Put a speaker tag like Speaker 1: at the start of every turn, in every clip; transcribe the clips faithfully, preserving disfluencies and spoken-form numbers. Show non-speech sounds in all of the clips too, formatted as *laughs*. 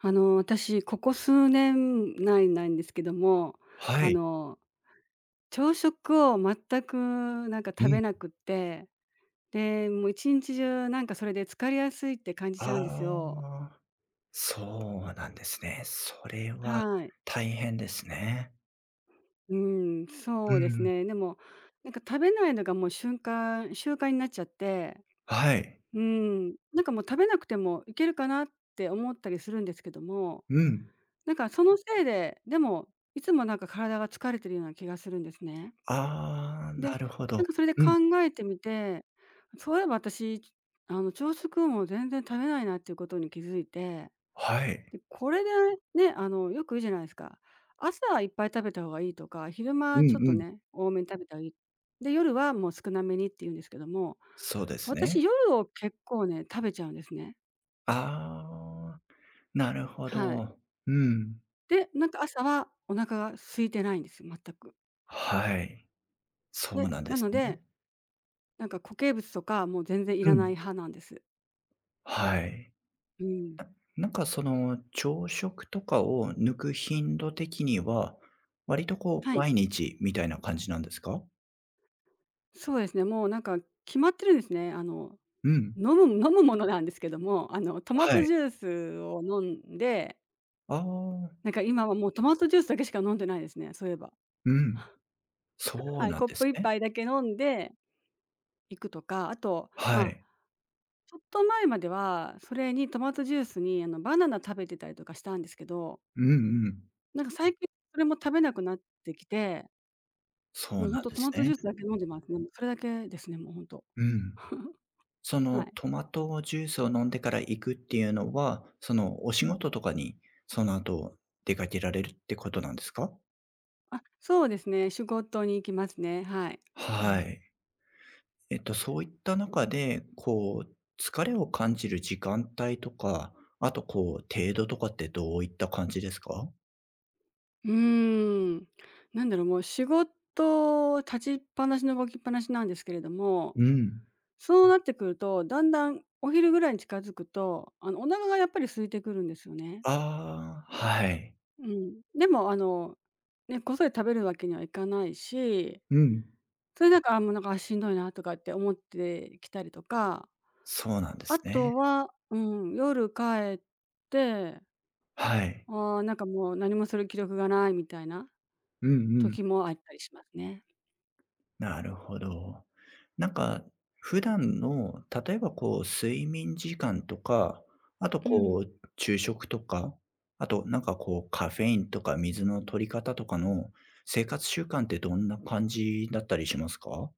Speaker 1: あの、私、ここ数年内なんですけども、
Speaker 2: は
Speaker 1: あ
Speaker 2: い。
Speaker 1: の、朝食を全くなんか
Speaker 2: う
Speaker 1: 食べ
Speaker 2: ん。
Speaker 1: なくって、で、もう一日中なんかそれで疲れやすいって感じちゃうんです
Speaker 2: あ
Speaker 1: よ。
Speaker 2: あ、そうなんですね。それは
Speaker 1: はい。
Speaker 2: 大変ですね。
Speaker 1: うん、そ
Speaker 2: う
Speaker 1: うです
Speaker 2: ん。
Speaker 1: ね。でも、なんか食べないのがもう瞬間習慣になっちゃって、
Speaker 2: はい。
Speaker 1: うん、なんかもう食べなくてもいけるかなって思ったりするんですけども、
Speaker 2: うん。
Speaker 1: なんかそのせいで、でも、いつもなんか体が疲れてるような気がするんですね。
Speaker 2: ああ、な
Speaker 1: で、
Speaker 2: るほ
Speaker 1: なん
Speaker 2: ど。
Speaker 1: かそれで
Speaker 2: う
Speaker 1: 考
Speaker 2: ん。
Speaker 1: えてみて、そういえば私、あの、朝食をもう全然食べないなっていうことに気づいて、
Speaker 2: はい。
Speaker 1: で、これでね、あの、よく言うじゃないですか。朝いっぱい食べた方がいいとか、昼
Speaker 2: う
Speaker 1: 間ちょっ
Speaker 2: ん
Speaker 1: と
Speaker 2: うん。
Speaker 1: ね、多めに食べた方がいい。で、夜はもう少なめにって言うんですけども、
Speaker 2: そうですね。
Speaker 1: 私夜を結構ね、食べちゃうんですね。
Speaker 2: ああ、なるほ
Speaker 1: はい。
Speaker 2: ど。うん。
Speaker 1: で、なんか朝はお腹が空いてないんですよ、全く。
Speaker 2: はい。そう
Speaker 1: で、
Speaker 2: なんで
Speaker 1: な
Speaker 2: す
Speaker 1: ので、
Speaker 2: ね。
Speaker 1: なんか固形物とかもう全然い
Speaker 2: う
Speaker 1: らない
Speaker 2: ん。
Speaker 1: 派なんです。
Speaker 2: はい。
Speaker 1: うん。
Speaker 2: なんかその朝食とかを抜く頻度的には、割とこ
Speaker 1: は
Speaker 2: う
Speaker 1: い。
Speaker 2: 毎日みたいな感じなんですか？
Speaker 1: そうですね、もうなんか決まってるんですね。あの、
Speaker 2: うん。
Speaker 1: 飲む飲むものなんですけども、あの、トマ
Speaker 2: は
Speaker 1: ト
Speaker 2: い。
Speaker 1: ジュースを飲んで、
Speaker 2: ああ、
Speaker 1: なんか今はもうトマトジュースだけしか飲んでないですね、そういえば。
Speaker 2: うん。そ
Speaker 1: は
Speaker 2: う
Speaker 1: い、
Speaker 2: なん
Speaker 1: コッ
Speaker 2: で
Speaker 1: プ
Speaker 2: す
Speaker 1: 一
Speaker 2: ね。
Speaker 1: 杯だけ飲んでいくとか、あと、
Speaker 2: は
Speaker 1: まあ、
Speaker 2: い。
Speaker 1: ちょっと前までは、それにトマトジュースにあの、バナナ食べてたりとかしたんですけど、
Speaker 2: うんうん。
Speaker 1: なんか最近それも食べなくなってきて、
Speaker 2: そ
Speaker 1: も
Speaker 2: う
Speaker 1: うほん
Speaker 2: なん
Speaker 1: と
Speaker 2: で
Speaker 1: ト
Speaker 2: す
Speaker 1: マト
Speaker 2: ね。
Speaker 1: ジュースだけ飲んでますね。もうそれだけですね、もうほんと。
Speaker 2: うん。
Speaker 1: *laughs*
Speaker 2: そ
Speaker 1: は
Speaker 2: の
Speaker 1: い。
Speaker 2: トマトジュースを飲んでから行くっていうのは、そのお
Speaker 1: う
Speaker 2: 仕
Speaker 1: ん。
Speaker 2: 事とかにその後出かけられるってことなんですか？
Speaker 1: あ、そうですね。仕事に行きますね。はい。う
Speaker 2: は
Speaker 1: ん。
Speaker 2: い。えっとそういった中で、こう疲れを感じる時間帯とか、あとこう程度とかってどういった感じですか？
Speaker 1: うーん。なんだろう、もう仕事立ちっぱなしの動きっぱなしなんですけれども、
Speaker 2: うん。
Speaker 1: そうなってくると、だんだんお昼ぐらいに近づくと、あの、お腹がやっぱり空いてくるんですよね。
Speaker 2: ああ、はい。
Speaker 1: うん。でも、あの、ね、こっそり食べるわけにはいかないし、
Speaker 2: うん。
Speaker 1: それなんか、あ、もうなんか、あ、しんどいなとかって思ってきたりとか、
Speaker 2: そうなんで
Speaker 1: あ
Speaker 2: すね。
Speaker 1: とは、うん、夜帰って
Speaker 2: はい。
Speaker 1: ああ、なんかもう何もする気力がないみたいな
Speaker 2: うんうん。
Speaker 1: 時もあったりしますね。
Speaker 2: なるほど。なんか、普段の、例えばこう、睡眠時間とか、あと
Speaker 1: う
Speaker 2: こ
Speaker 1: ん。
Speaker 2: う、昼食とか、あとなんかこう、カフェインとか水の取り方とかの生活習慣ってどんな感じだったりしますか？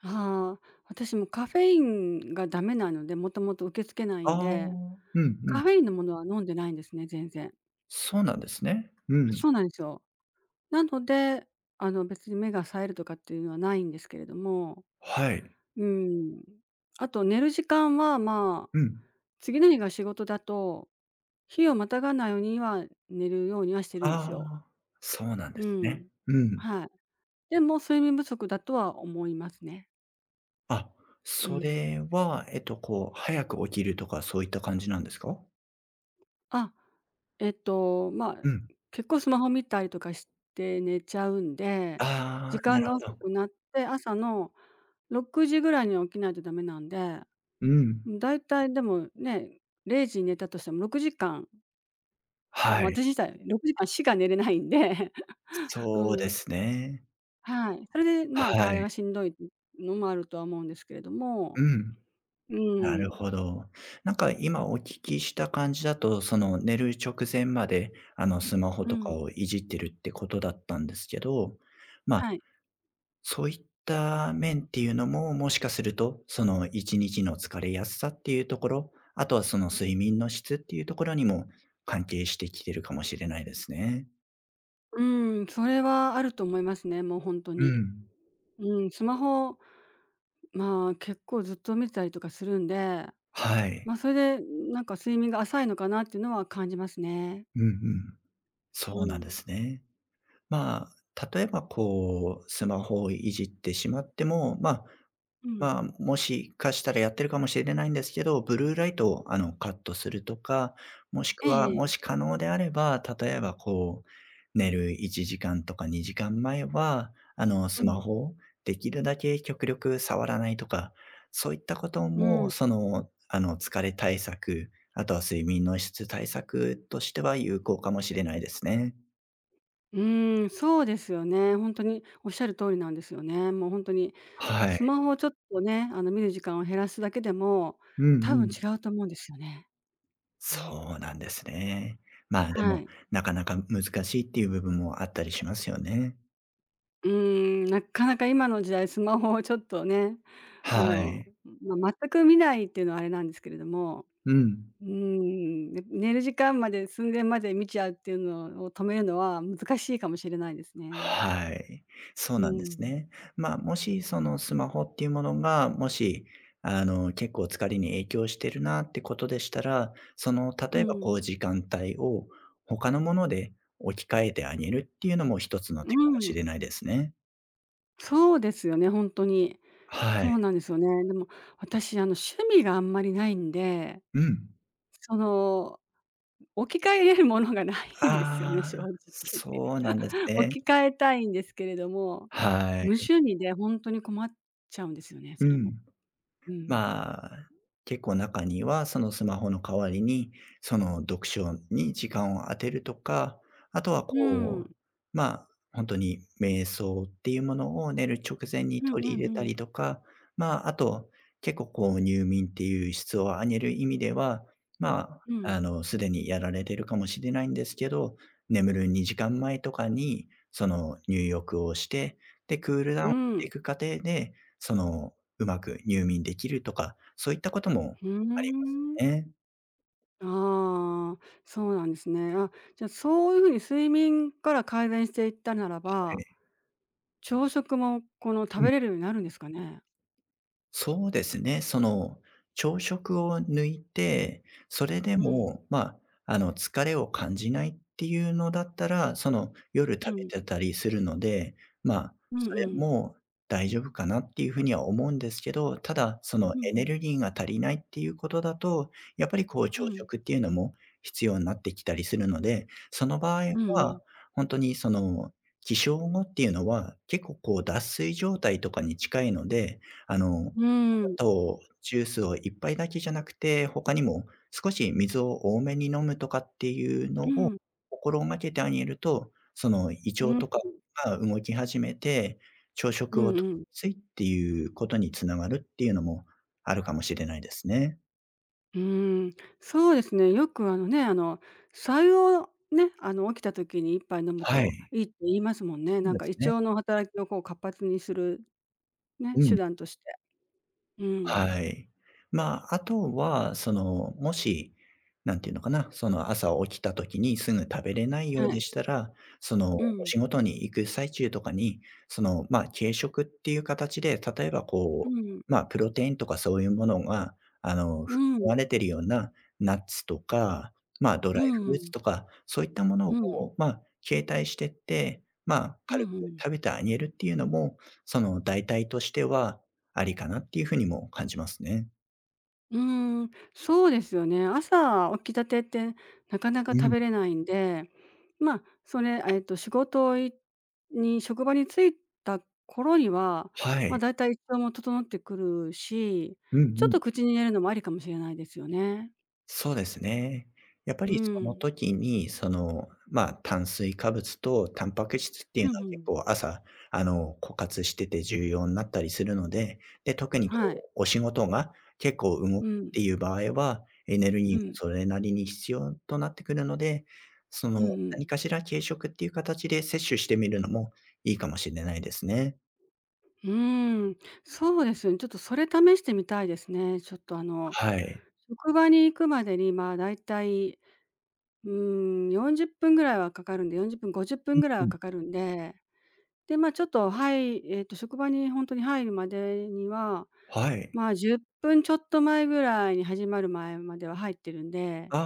Speaker 1: ああ、私もカフェインがダメなので、もともと受け付けないん
Speaker 2: ああー、
Speaker 1: で、
Speaker 2: うんう
Speaker 1: カ
Speaker 2: ん。
Speaker 1: フェインのものは飲んでないんですね、全然。
Speaker 2: そうなんですね。うん。
Speaker 1: そうなんですよ。なので、あの別に目が冴えるとかっていうのはないんですけれども、
Speaker 2: はい。
Speaker 1: うん。あと寝る時間は、まあ、
Speaker 2: うん。
Speaker 1: 次の日が仕事だと、日をまたがないようには寝るようにはしてるん
Speaker 2: あ
Speaker 1: ですよ。
Speaker 2: あ、そうなんで
Speaker 1: う
Speaker 2: すね。
Speaker 1: ん。
Speaker 2: うん。
Speaker 1: はい。でも睡眠不足だとは思いますね。
Speaker 2: あ、
Speaker 1: う
Speaker 2: そ
Speaker 1: ん。
Speaker 2: れは、えっとこう、早く起きるとかそういった感じなんですか？
Speaker 1: あ、えっと、まあ、
Speaker 2: うん。
Speaker 1: 結構スマホ見たりとかして寝ちゃうんで、
Speaker 2: あ
Speaker 1: 時
Speaker 2: あ、な
Speaker 1: 間
Speaker 2: る
Speaker 1: が
Speaker 2: ほ
Speaker 1: 遅
Speaker 2: ど。
Speaker 1: くなって、朝のろくじぐらいに起きないとダメなんで、
Speaker 2: うん。
Speaker 1: だいたいでもね、れいじに寝たとしてもろくじかん、
Speaker 2: は
Speaker 1: まあ、
Speaker 2: い。
Speaker 1: 私自体ろくじかんしか寝れないんで、*laughs* う
Speaker 2: そうで
Speaker 1: ん、
Speaker 2: すね。
Speaker 1: はい。それで、まあ、
Speaker 2: は
Speaker 1: 体が
Speaker 2: い。
Speaker 1: しんどいのもあるとは思うんですけれども、
Speaker 2: うん。
Speaker 1: う
Speaker 2: なる
Speaker 1: ん、
Speaker 2: ほど。なんか今お聞きした感じだと、その寝る直前まで、あの、スマホ
Speaker 1: う
Speaker 2: とか
Speaker 1: ん、
Speaker 2: をいじってるってことだったんですけど、ま、あ
Speaker 1: はい。
Speaker 2: そういった面っていうのも、もしかすると、そのいちにちの疲れやすさっていうところ、あとはその睡眠の質っていうところにも関係してきてるかもしれないですね。
Speaker 1: うん、それはあると思いますね、もう本当
Speaker 2: う
Speaker 1: に。
Speaker 2: ん。
Speaker 1: うん、スマホ、まあ、結構ずっと見てたりとかするんで、
Speaker 2: はい。
Speaker 1: ま、それで、なんか睡眠が浅いのかなっていうのは感じますね。
Speaker 2: うんうん。
Speaker 1: う
Speaker 2: そうなんで
Speaker 1: ん。
Speaker 2: すね。まあ、例えばこう、スマホをいじってしまっても、まあ、
Speaker 1: うん。
Speaker 2: まあ、もしかしたらやってるかもしれないんですけど、ブルーライトをあのカットするとか、もしく
Speaker 1: え
Speaker 2: は、もし
Speaker 1: え
Speaker 2: 可能であれば、例えばこう、寝るいちじかんとかにじかんまえは、あの
Speaker 1: う
Speaker 2: スマ
Speaker 1: ん。
Speaker 2: ホをできるだけ極力触らないとか、そういったこと
Speaker 1: うん。
Speaker 2: も、その、あの疲れ対策、あとは睡眠の質対策としては有効かもしれないですね。
Speaker 1: うん、そうですよね。本当におっしゃる通りなんですよね。もう本当に、
Speaker 2: はい。
Speaker 1: スマホをちょっとね、あの、見る時間を減らすだけでも、
Speaker 2: うんう
Speaker 1: 多分
Speaker 2: ん。
Speaker 1: 違うと思うんですよね。うん。
Speaker 2: そうなんですね。まあ、で
Speaker 1: は
Speaker 2: も、
Speaker 1: い。
Speaker 2: なかなか難しいっていう部分もあったりしますよね。
Speaker 1: うーん、なかなか今の時代、スマホをちょっとね、あ
Speaker 2: は
Speaker 1: の、
Speaker 2: い。
Speaker 1: まあ、全く見ないっていうのはあれなんですけれども、
Speaker 2: うん。
Speaker 1: うーん、ね寝る時間まで寸前まで見ちゃうっていうのを止めるのは難しいかもしれないですね。
Speaker 2: はい。そう
Speaker 1: う
Speaker 2: なんです
Speaker 1: ん。
Speaker 2: ね。まあ、もしそのスマホっていうものが、もし、あの、結構疲れに影響してるなってことでしたら、その、
Speaker 1: う
Speaker 2: 例えばこ
Speaker 1: ん。
Speaker 2: う時間帯を他のもので置き換えてあげるっていうのも一つの
Speaker 1: う
Speaker 2: 手かもし
Speaker 1: ん。
Speaker 2: れないですね。
Speaker 1: そうですよね、ほんとに。
Speaker 2: は
Speaker 1: そう
Speaker 2: い。
Speaker 1: なんですよね。でも私、あの、趣味があんまりないんで、
Speaker 2: うん。
Speaker 1: その置き換えれるものがないんですよね、
Speaker 2: ああ、
Speaker 1: 正直。
Speaker 2: そうなんです
Speaker 1: *laughs* 置
Speaker 2: ね。
Speaker 1: き換えたいんですけれども、
Speaker 2: は
Speaker 1: 無
Speaker 2: い。
Speaker 1: 趣味で本当に困っちゃうんですよね、
Speaker 2: う
Speaker 1: それも。
Speaker 2: ん。
Speaker 1: うん。
Speaker 2: まあ、結構中には、そのスマホの代わりに、その読書に時間を当てるとか、あとは
Speaker 1: うん。
Speaker 2: こう、まあ、本当に瞑想っていうものを寝る直前に
Speaker 1: うんうん
Speaker 2: 取り入
Speaker 1: う
Speaker 2: れた
Speaker 1: ん。
Speaker 2: りとか、まあ、あと、結構こう入眠っていう質を上げる意味では、ま
Speaker 1: う
Speaker 2: あ、
Speaker 1: ん。
Speaker 2: あの、すでにやられてるかもしれないんですけど、眠るにじかんまえとかに、その入浴をして、で、クールダ
Speaker 1: う
Speaker 2: ウンして
Speaker 1: ん。
Speaker 2: いく過程で、そのうまく入眠できるとか、そういったことも
Speaker 1: う
Speaker 2: あります
Speaker 1: ーん。
Speaker 2: ね。
Speaker 1: ああ、そうなんですね。あ、じゃあ、そういうふうに睡眠から改善していったなら
Speaker 2: は
Speaker 1: ば、
Speaker 2: い。
Speaker 1: 朝食もこの、食
Speaker 2: うん。
Speaker 1: べれるようになるんですかね？
Speaker 2: そうですね。その、朝食を抜いて、それで
Speaker 1: うん。
Speaker 2: も、まあ、あの、疲れを感じないっていうのだったら、その、夜
Speaker 1: う
Speaker 2: 食べ
Speaker 1: ん。
Speaker 2: てたりするので、まあ、
Speaker 1: うん
Speaker 2: そ
Speaker 1: う
Speaker 2: れ
Speaker 1: ん。
Speaker 2: も大丈夫かなっていうふうには思うんですけど、ただ、その、
Speaker 1: うんう
Speaker 2: エネ
Speaker 1: ん。
Speaker 2: ルギーが足りないっていうことだと、やっぱり、こう、
Speaker 1: う
Speaker 2: 朝
Speaker 1: ん。
Speaker 2: 食っていうのも必要になってきたりするので、その場合
Speaker 1: うんうん。
Speaker 2: は、本当に、その、起床後っていうのは、結構、こう、脱水状態とかに近いので、あの
Speaker 1: うん。
Speaker 2: とジュースを一杯だけじゃなくて、他にも少し水を多めに飲むとかっていう
Speaker 1: う
Speaker 2: のを
Speaker 1: ん。
Speaker 2: 心がけてあげると、その胃
Speaker 1: う
Speaker 2: 腸
Speaker 1: ん。
Speaker 2: とかが動き始めて、朝
Speaker 1: う
Speaker 2: 食を
Speaker 1: ん
Speaker 2: 取
Speaker 1: う
Speaker 2: りや
Speaker 1: ん。
Speaker 2: すいっていうことに繋がるっていうのもあるかもしれないですね。
Speaker 1: うーん、そうですね。よくあのね、あの、白湯をね、あの、起きた時に一杯飲む
Speaker 2: は
Speaker 1: と
Speaker 2: い。
Speaker 1: いいって言いますもんね。
Speaker 2: そう
Speaker 1: なん
Speaker 2: で
Speaker 1: か胃
Speaker 2: すね。
Speaker 1: 腸の働きをこう活発にするね、
Speaker 2: う
Speaker 1: 手
Speaker 2: ん。
Speaker 1: 段として。うん。
Speaker 2: はい。まあ、あとは、その、もし、なんていうのかな、その朝起きた時にすぐ食べれないよう
Speaker 1: は
Speaker 2: で
Speaker 1: い。
Speaker 2: したら、その、
Speaker 1: う
Speaker 2: お
Speaker 1: ん。
Speaker 2: 仕事に行く最中とかに、その、まあ、軽食っていう形で、例えば
Speaker 1: う
Speaker 2: こ
Speaker 1: ん。
Speaker 2: う、まあ、プロテインとかそういうものが、あの、
Speaker 1: う
Speaker 2: 含
Speaker 1: ん。
Speaker 2: まれてるようなナッツとか、まあ、ドラ
Speaker 1: う
Speaker 2: イフルーツ
Speaker 1: ん。
Speaker 2: とか、そういったもの
Speaker 1: うん。うん。
Speaker 2: を、まあ、携帯してって、まあ、
Speaker 1: う
Speaker 2: 軽く
Speaker 1: んうん。
Speaker 2: 食べてあげるっていうのも、その代替としては、ありかなっていう風にも感じますね。
Speaker 1: うーん、そうですよね。朝起きたてってなかなか
Speaker 2: う
Speaker 1: 食
Speaker 2: ん。
Speaker 1: べれないんで、まあ、それ、えっと、仕事いに職場に着いた頃には、
Speaker 2: は
Speaker 1: まあ、
Speaker 2: い。
Speaker 1: だいたい胃腸も整ってくるし、
Speaker 2: うん
Speaker 1: ちょっ
Speaker 2: うん。
Speaker 1: と口に入れるのもありかもしれないですよね。
Speaker 2: そうですね。やっぱ
Speaker 1: う
Speaker 2: りその
Speaker 1: ん。
Speaker 2: 時に、その、まあ、炭水化物とタンパク質ってい
Speaker 1: う
Speaker 2: う
Speaker 1: ん
Speaker 2: の
Speaker 1: う
Speaker 2: は結
Speaker 1: ん。
Speaker 2: 構朝、あの、枯渇してて重要になったりするので、で、特にこ
Speaker 1: はい。
Speaker 2: う、お仕事が結構動く
Speaker 1: う
Speaker 2: っ
Speaker 1: ん。
Speaker 2: ていう場合は、エネルギー
Speaker 1: う
Speaker 2: も
Speaker 1: ん。
Speaker 2: それなりに必要となってくるので、その、
Speaker 1: うんう
Speaker 2: 何
Speaker 1: ん。
Speaker 2: かしら軽食っていう形で摂取してみるのもいいかもしれないですね。
Speaker 1: うーん、そうですよね。ちょっとそれ試してみたいですね。ちょっとあの、
Speaker 2: はい。
Speaker 1: 職場に行くまでに、まあ、だいたいうーん、よんじゅっぷんぐらいはかかるんで、よんじゅっぷん、ごじゅっぷんぐらい
Speaker 2: う
Speaker 1: は
Speaker 2: ん。
Speaker 1: かかるんで、で、まあ、ちょっと、はい、えっと、職場に本当に入るまでには、
Speaker 2: はい。
Speaker 1: まあ、じゅっぷんちょっと前ぐらいに始まる前までは入ってるんで、
Speaker 2: あ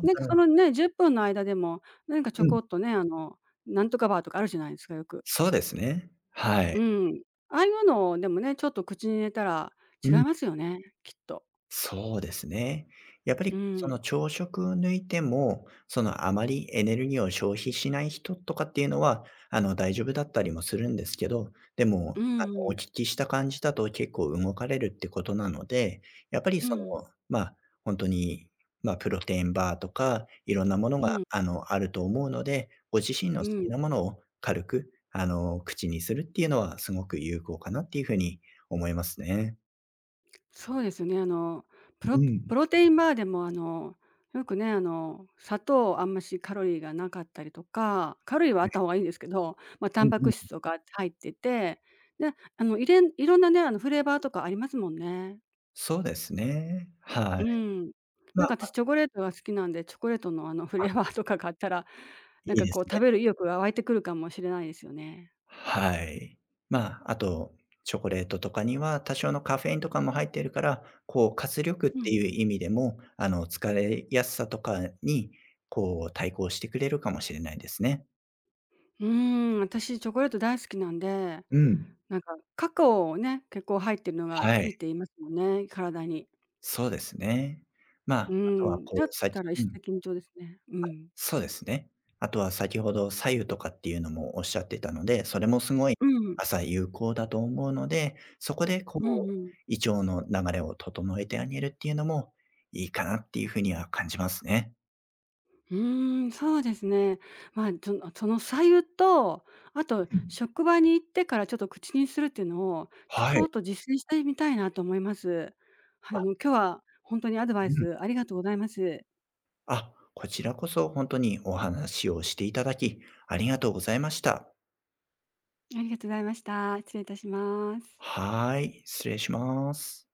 Speaker 2: あ、な
Speaker 1: なんか
Speaker 2: る
Speaker 1: そ
Speaker 2: ほど。
Speaker 1: のね、じゅっぷんの間でも、なんかち
Speaker 2: う
Speaker 1: ょ
Speaker 2: ん、
Speaker 1: こっとね、あの、なんとかバーとかあるじゃないですか、よく。
Speaker 2: そうですね。はい。
Speaker 1: うん。ああいうのを、でもね、ちょっと口に入れたら
Speaker 2: う
Speaker 1: 違い
Speaker 2: ん。
Speaker 1: ますよね、きっと。
Speaker 2: そうですね。やっぱり
Speaker 1: う
Speaker 2: その
Speaker 1: ん。
Speaker 2: 朝食抜いても、そのあまりエネルギーを消費しない人とかっていうのは、あの大丈夫だったりもするんですけど、で
Speaker 1: う
Speaker 2: も、
Speaker 1: ん
Speaker 2: あの
Speaker 1: う
Speaker 2: お
Speaker 1: ん。
Speaker 2: 聞きした感じだと結構動かれるってことなので、やっぱり
Speaker 1: う
Speaker 2: その、
Speaker 1: ん。
Speaker 2: まあ、本当に、まあ、プロテインバーとか、いろんなもの
Speaker 1: う
Speaker 2: が、
Speaker 1: ん。
Speaker 2: あの、あると思うので、ご自身の
Speaker 1: う
Speaker 2: 好き
Speaker 1: ん。
Speaker 2: なものを軽く、あの、口にするっていうのはすごく有効かなっていうふうに思いますね。
Speaker 1: そうですよね。あの、プロ
Speaker 2: うん。
Speaker 1: プロテインバーでも、あの、よくね、あの、砂糖あんましカロリーがなかったりとか、カロリーはあった方がいいんですけど、まあ、タンパク質とか入ってて、で、あの、いれんいろんなね、あの、フレーバーとかありますもんね。
Speaker 2: そうですね。
Speaker 1: う
Speaker 2: はい。
Speaker 1: ん。
Speaker 2: ま
Speaker 1: な
Speaker 2: あ、
Speaker 1: んか私チョコレートが好きなんで、チョコレートの、あの、*laughs* フレ
Speaker 2: あ、
Speaker 1: ーバーとか買ったら、なん
Speaker 2: いい
Speaker 1: か
Speaker 2: で
Speaker 1: こ
Speaker 2: す
Speaker 1: う食
Speaker 2: ね。
Speaker 1: べる意欲が湧いてくるかもしれないですよね。
Speaker 2: はい。まあ、あと、チョコレートとかには多少のカフェインとかも入っているから、こう活力っ
Speaker 1: う
Speaker 2: て
Speaker 1: ん。
Speaker 2: いう意味でも、あの、疲れやすさとかに、こう対抗してくれるかもしれないですね。
Speaker 1: うーん、私チョコレート大好きなんで
Speaker 2: うん。
Speaker 1: なんか、カカオをね、結構入ってるのが
Speaker 2: は
Speaker 1: いい
Speaker 2: い。
Speaker 1: って言いますもんね、体に。
Speaker 2: そうですね。ま
Speaker 1: う
Speaker 2: あ、あとは
Speaker 1: ん、
Speaker 2: こう、
Speaker 1: だっ
Speaker 2: さい
Speaker 1: たら一
Speaker 2: うん。
Speaker 1: 石二鳥ですね。うん。
Speaker 2: そうですね。あとは先ほど左右とかっていうのもおっしゃってたので、それもすごい
Speaker 1: うん。
Speaker 2: 朝有効だと思うので、そこでこ
Speaker 1: うんう
Speaker 2: う、
Speaker 1: ん。
Speaker 2: 胃腸の流れを整えてあげるっていうのもいいかなっていうふうには感じますね。
Speaker 1: うーん、そうですね。まあ、そのその白湯と、あと
Speaker 2: うん。
Speaker 1: 職場に行ってからちょっと口にするっていうのを、ち
Speaker 2: は
Speaker 1: ょ
Speaker 2: い。
Speaker 1: っと実践してみたいなと思います。あの、
Speaker 2: あ、
Speaker 1: 今日はほんとにアドバイ
Speaker 2: うん。
Speaker 1: スありがとうございます。
Speaker 2: あ、こちらこそ本当にお話をしていただき、ありがとうございました。
Speaker 1: ありがとうございました。失礼いたします。
Speaker 2: はい、失礼します。